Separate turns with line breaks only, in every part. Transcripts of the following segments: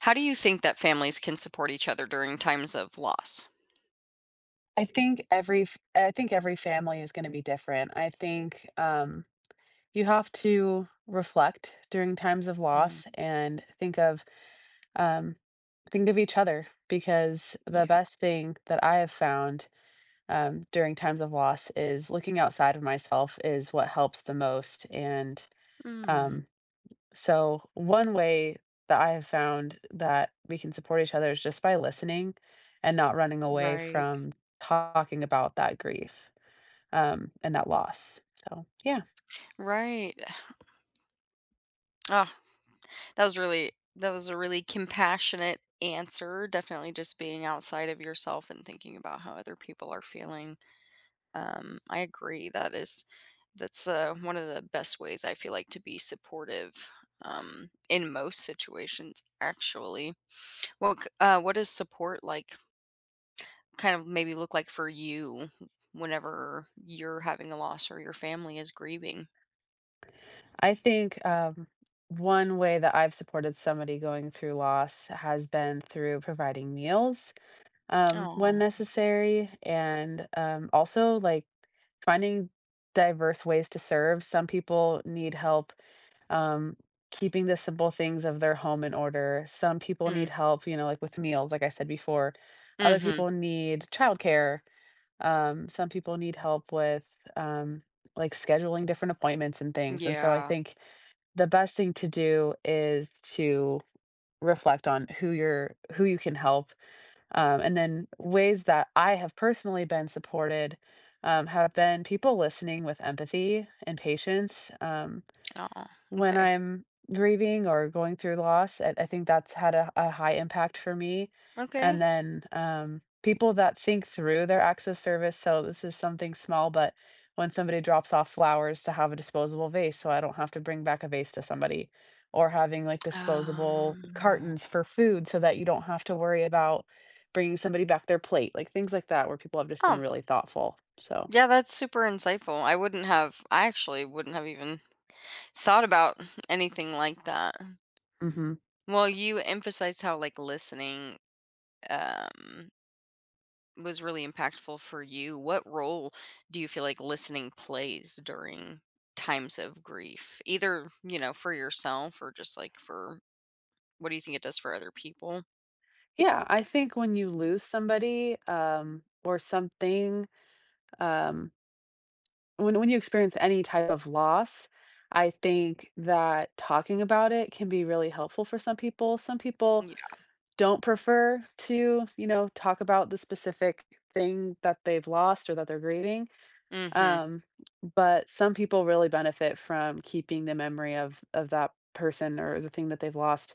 How do you think that families can support each other during times of loss?
I think every family is gonna be different. I think, you have to reflect during times of
Mm,
loss and um, think of each other because the
yeah.
best thing that I have found, during times of loss is looking outside of myself is what helps the most,
Mm,
um, so one way that I have found that we can support each other is just by listening and not running away
right.
from talking about that grief and that loss. So yeah,
Right. Oh, that was really that was a really compassionate answer. Definitely just being outside of yourself and thinking about how other people are feeling. I agree. That is that's one of the best ways I feel like to be supportive in most situations. Actually, what is support like kind of maybe look like for you whenever you're having a loss or your family is grieving?
I think one way that I've supported somebody going through loss has been through providing meals when
Oh.
necessary, and also like finding diverse ways to serve. Some people need help. Um, keeping the simple things of their home in order. Some people need
Mm.
help, you know, like with meals like I said before. Other
Mhm.
people need childcare. Some people need help with, um, like, scheduling different appointments and things, and so I
Yeah.
think the best thing to do is to reflect on who you can help, and then ways that I have personally been supported, have been people listening with empathy and patience,
Oh,
when
okay.
I'm grieving or going through loss, I think that's had a high impact for me,
Okay.
and then, people that think through their acts of service, so this is something small, but when somebody drops off flowers to have a disposable vase so I don't have to bring back a vase to somebody, or having, like, disposable
Um,
cartons for food so that you don't have to worry about bringing somebody back their plate, like, things like that where people have just been
oh,
really thoughtful, so
yeah, that's super insightful. I actually wouldn't have even thought about anything like that.
mhm.
Well, you emphasized how like listening um was really impactful for you, what role do you feel like listening plays during times of grief? Either, you know, for yourself or just like for what do you think it does for other people?
Yeah, I think when you lose somebody, or something, um, when you experience any type of loss, I think that talking about it can be really helpful for some people. Some people
Yeah.
don't prefer to, you know, talk about the specific thing that they've lost or that they're grieving.
Mhm.
Um, but some people really benefit from keeping the memory of that person or the thing that they've lost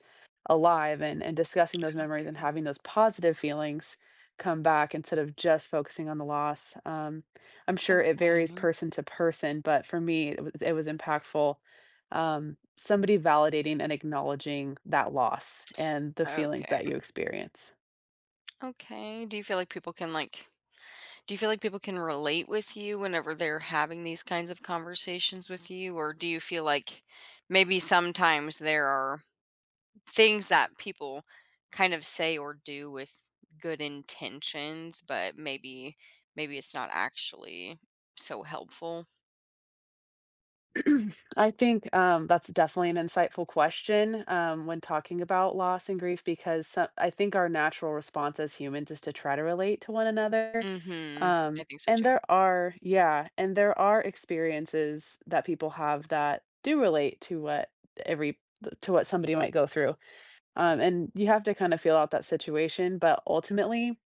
alive and discussing those memories and having those positive feelings come back instead of just focusing on the loss. I'm sure it varies
Okay.
person to person, but for me, it was impactful. Somebody validating and acknowledging that loss and the feelings
Okay.
that you experience.
Okay. Do you feel like people can relate with you whenever they're having these kinds of conversations with you or do you feel like maybe sometimes there are things that people kind of say or do with good intentions, but maybe it's not actually so helpful.
I think that's definitely an insightful question when talking about loss and grief, because I think our natural response as humans is to try to relate to one another.
Mhm. I think so too.
Yeah, and there are experiences that people have that do relate to what every to what somebody might go through. And you have to kind of feel out that situation, but ultimately,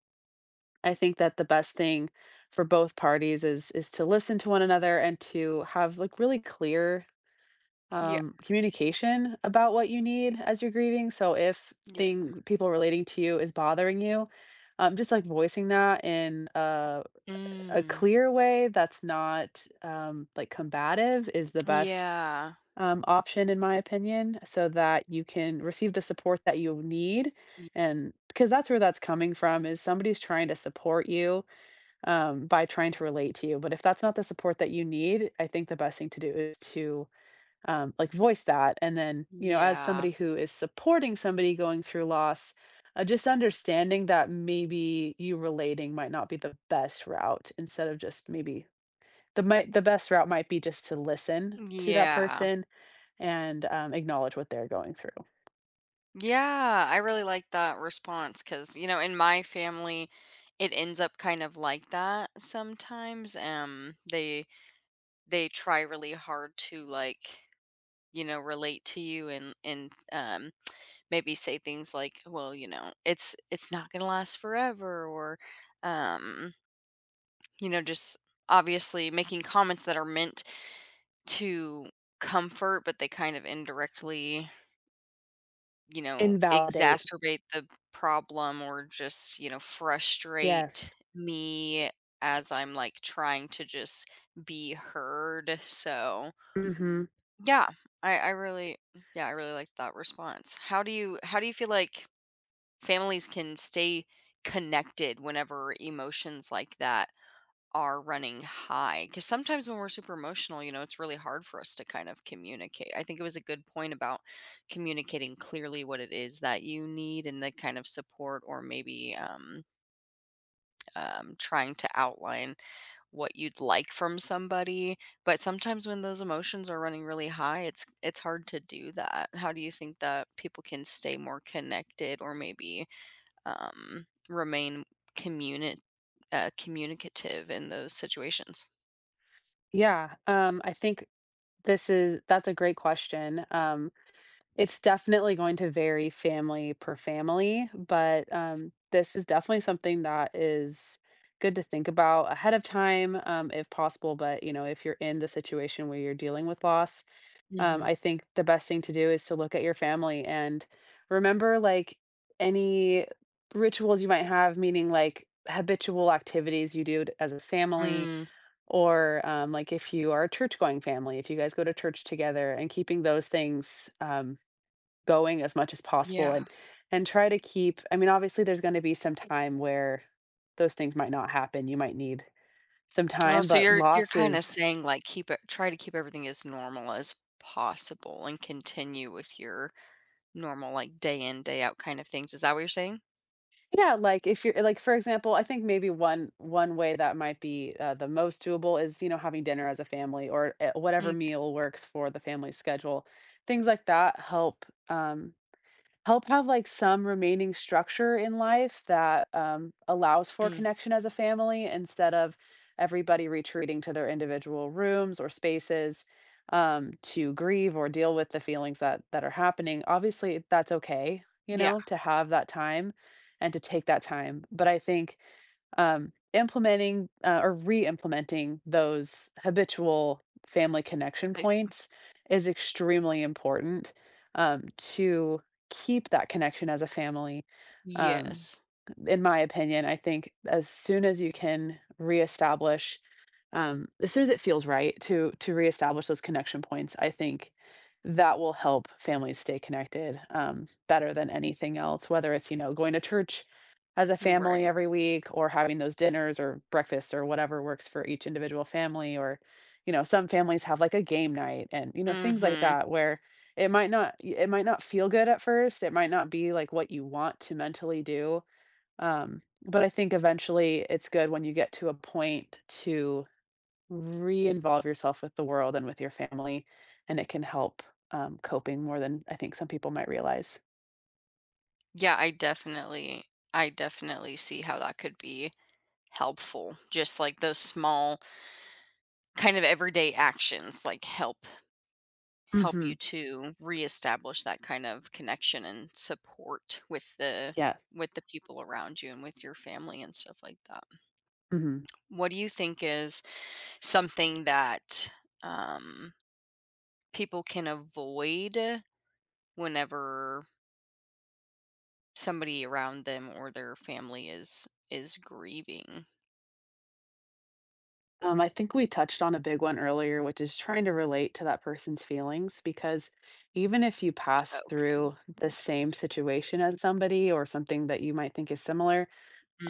I think that the best thing for both parties is to listen to one another and to have like really clear
Yeah.
communication about what you need as you're grieving. So if
Yeah.
things people relating to you is bothering you, just like voicing that in a
Mm.
clear way that's not like combative is the best
Yeah.
option in my opinion, so that you can receive the support that you need.
Y-
And because that's where that's coming from is somebody's trying to support you by trying to relate to you. But if that's not the support that you need, I think the best thing to do is to like voice that and then you know as
Yeah.
somebody who is supporting somebody going through loss just understanding that maybe you relating might not be the best route instead of just maybe the might the best route might be just to listen to that
Yeah.
person and acknowledge what they're going through
Yeah, I really like that response cuz you know, in my family it ends up kind of like that sometimes. They try really hard to like you know, relate to you and maybe say things like, "Well, you know, it's not going to last forever," or um, you know, just obviously making comments that are meant to comfort, but they kind of indirectly, you know,
invalidate
exacerbate the problem or just, you know,
yes
frustrate me as I'm like trying to just be heard. So,
hmm
Yeah, I really, yeah, I really like that response. How do you feel like families can stay connected whenever emotions like that are running high? Because sometimes when we're super emotional, you know, it's really hard for us to kind of communicate. I think it was a good point about communicating clearly what it is that you need and the kind of support, or maybe trying to outline what you'd like from somebody, but sometimes when those emotions are running really high, it's hard to do that. How do you think that people can stay more connected or maybe remain communi- communicative in those situations?
yeah I think this is that's a great question It's definitely going to vary family per family, but, this is definitely something that is good to think about ahead of time, if possible, but, you know, if you're in the situation where you're dealing with loss,
Mhm.
I think the best thing to do is to look at your family and remember, like, any rituals you might have, meaning, like, habitual activities you do t as a family
Mm,
or, like, if you are a church-going family, if you guys go to church together and keeping those things, going as much as
yeah.
possible and try to keep I mean, obviously, there's gonna be some time where those things might not happen, you might need some
Oh,
time,
so
but
you're kind of
losses
saying like keep it, try to keep everything as normal as possible and continue with your normal like day in day out kind of things. Is that what you're saying?
yeah, like, if you're like, for example, I think maybe one way that might be, the most doable is, you know, having dinner as a family or, whatever
Okay.
meal works for the family schedule. Things like that help, help have like some remaining structure in life that allows for
Mm.
connection as a family instead of everybody retreating to their individual rooms or spaces to grieve or deal with the feelings that are happening. Obviously, that's okay, you
Yeah,
know, to have that time and to take that time. But I think implementing or re-implementing those habitual family connection
I see.
points is extremely important to keep that connection as a family. Um,
Yes.
in my opinion, I think as soon as you can reestablish as soon as it feels right to reestablish those connection points, I think that will help families stay connected better than anything else. Whether it's you know going to church as a family
Right.
every week, or having those dinners or breakfasts or whatever works for each individual family, or you know some families have like a game night and you know things like
Mhm.
that where it might not feel good at first. It might not be like what you want to mentally do. Um, but I think eventually it's good when you get to a point to re-involve yourself with the world and with your family, and it can help, coping more than I think some people might realize.
Yeah, I definitely see how that could be helpful. Just like those small kind of everyday actions like help help you
Mhm.
to reestablish that kind of connection and support
Yes.
with the people around you and with your family and stuff like that.
Mhm.
What do you think is something that um people can avoid whenever somebody around them or their family is grieving.
I think we touched on a big one earlier, which is trying to relate to that person's feelings because even if you pass
Okay.
through the same situation as somebody or something that you might think is similar,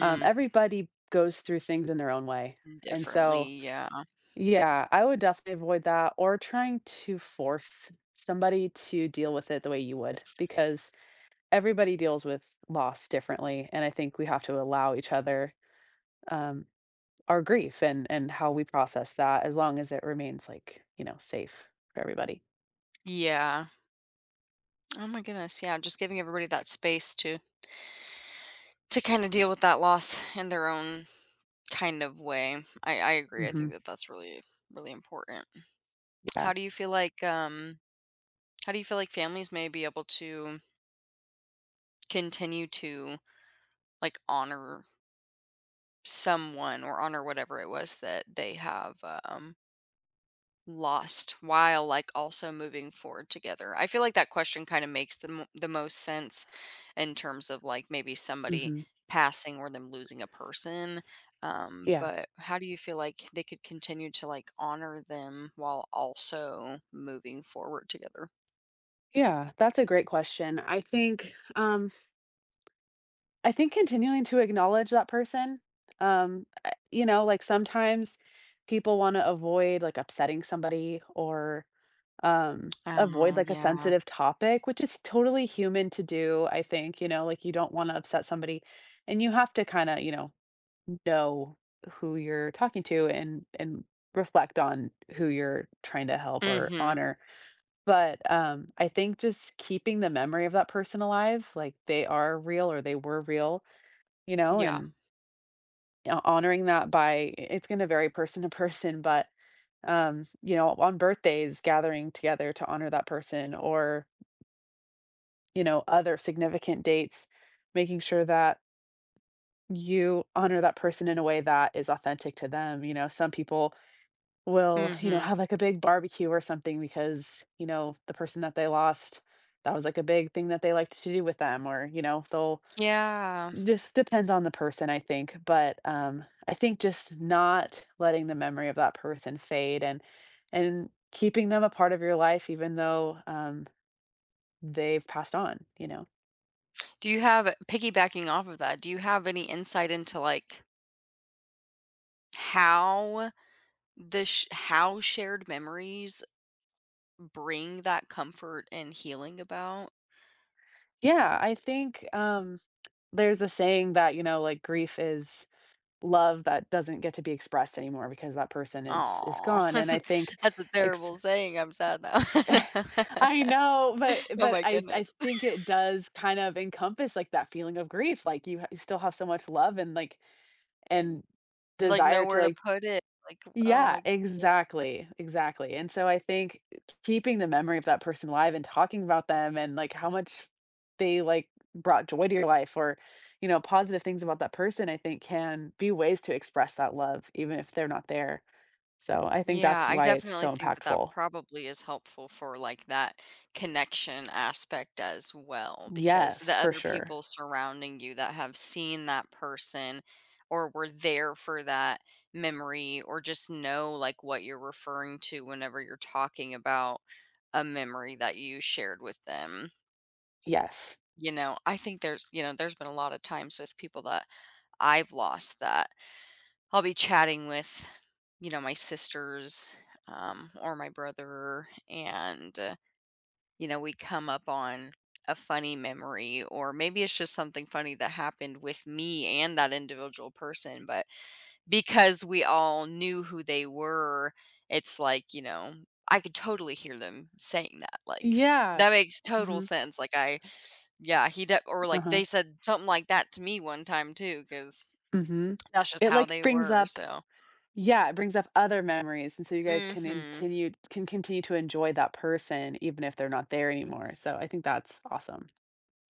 everybody goes through things in their own way, and so
differently, yeah.
yeah, I would definitely avoid that or trying to force somebody to deal with it the way you would, because everybody deals with loss differently. And I think we have to allow each other um, our grief and how we process that as long as it remains like, you know, safe for everybody.
Yeah. Oh my goodness, yeah, just giving everybody that space to kinda deal with that loss in their own kind of way. I agree, I
Hmm.
think that that's really, really important. How
Yeah.
do you feel like, how do you feel like families may be able to continue to, like, honor someone or honor whatever it was that they have, lost while like also moving forward together? I feel like that question kind of makes the most sense in terms of like maybe somebody
Hmm.
passing or them losing a person.
Yeah.
But how do you feel like they could continue to like honor them while also moving forward together?
Yeah, that's a great question. I think continuing to acknowledge that person. You know, like sometimes people want to avoid like upsetting somebody or avoid
Oh,
like a
yeah.
sensitive topic, which is totally human to do, I think, you know, like you don't want to upset somebody and you have to kind of, you know who you're talking to and reflect on who you're trying to help or
Mhm.
honor but, I think just keeping the memory of that person alive, like, they are real or they were real, you know,
Yeah.
and ho honoring that by it's gonna vary person to person, but, you know, on birthdays, gathering together to honor that person or, you know, other significant dates, making sure that you honor that person in a way that is authentic to them, you know, some people will, you know,
Mhm.
have like a big barbecue or something because, you know, the person that they lost, that was like a big thing that they liked to do with them or, you know, they'll
Yeah.
just depends on the person, I think. But I think just not letting the memory of that person fade and keeping them a part of your life even though they've passed on, you know.
Do you have piggybacking off of that? Do you have any insight into like how how shared memories bring that comfort and healing about?
Yeah, I think there's a saying that, you know, like grief is love that doesn't get to be expressed anymore because that person is
Aw,
gone and I think
that's a
ex-
terrible saying, I'm sad now.
I know but
Oh my
i
goodness.
think it does kind of encompass like that feeling of grief like you still have so much love and like and
Like,
desire to
nowhere to
like
put it, like, oh
yeah
my
exactly and so I think keeping the memory of that person alive and talking about them and like how much they like brought joy to your life or you know positive things about that person I think can be ways to express that love even if they're not there. So, I think
Yeah,
that's
I
why it's so
definitely think that that
impactful.
probably is helpful for like that connection aspect as well, because the
Yes, for
other
sure.
people surrounding you that have seen that person or were there for that memory or just know like what you're referring to whenever you're talking about a memory that you shared with them.
Yes.
You know, there's been a lot of times with people that I've lost that. I'll be chatting with, you know, my sisters, or my brother, and, you know, we come up on a funny memory, or maybe it's just something funny that happened with me and that individual person. But because we all knew who they were, it's like, you know, I could totally hear them saying that. Like,
Yeah.
that makes total
Mhm.
sense. Yeah, or like
Uh-huh.
they said something like that to me one time too, because
Mhm.
that's just
It,
how
like,
they
brings
were.
up
So,
yeah, it brings up other memories, and so you guys
mm
can
hmm.
continue to enjoy that person even if they're not there anymore, so I think that's awesome.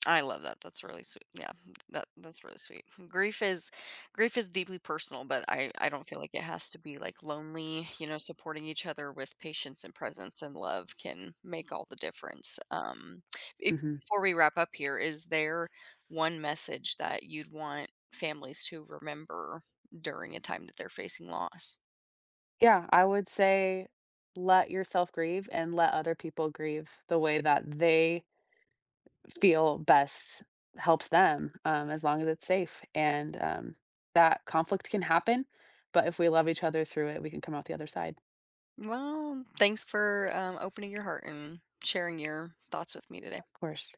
I love that. That's really sweet. Yeah, that's really sweet. Grief is Grief is deeply personal, but I don't feel like it has to be like lonely. You know, supporting each other with patience and presence and love can make all the difference. If,
Mhm.
before we wrap up here, is there one message that you'd want families to remember during a time that they're facing loss?
Yeah, I would say let yourself grieve and let other people grieve the way that they feel best helps them, as long as it's safe, that conflict can happen, but if we love each other through it, we can come out the other side,
Well, thanks for opening your heart and sharing your thoughts with me today.
of course.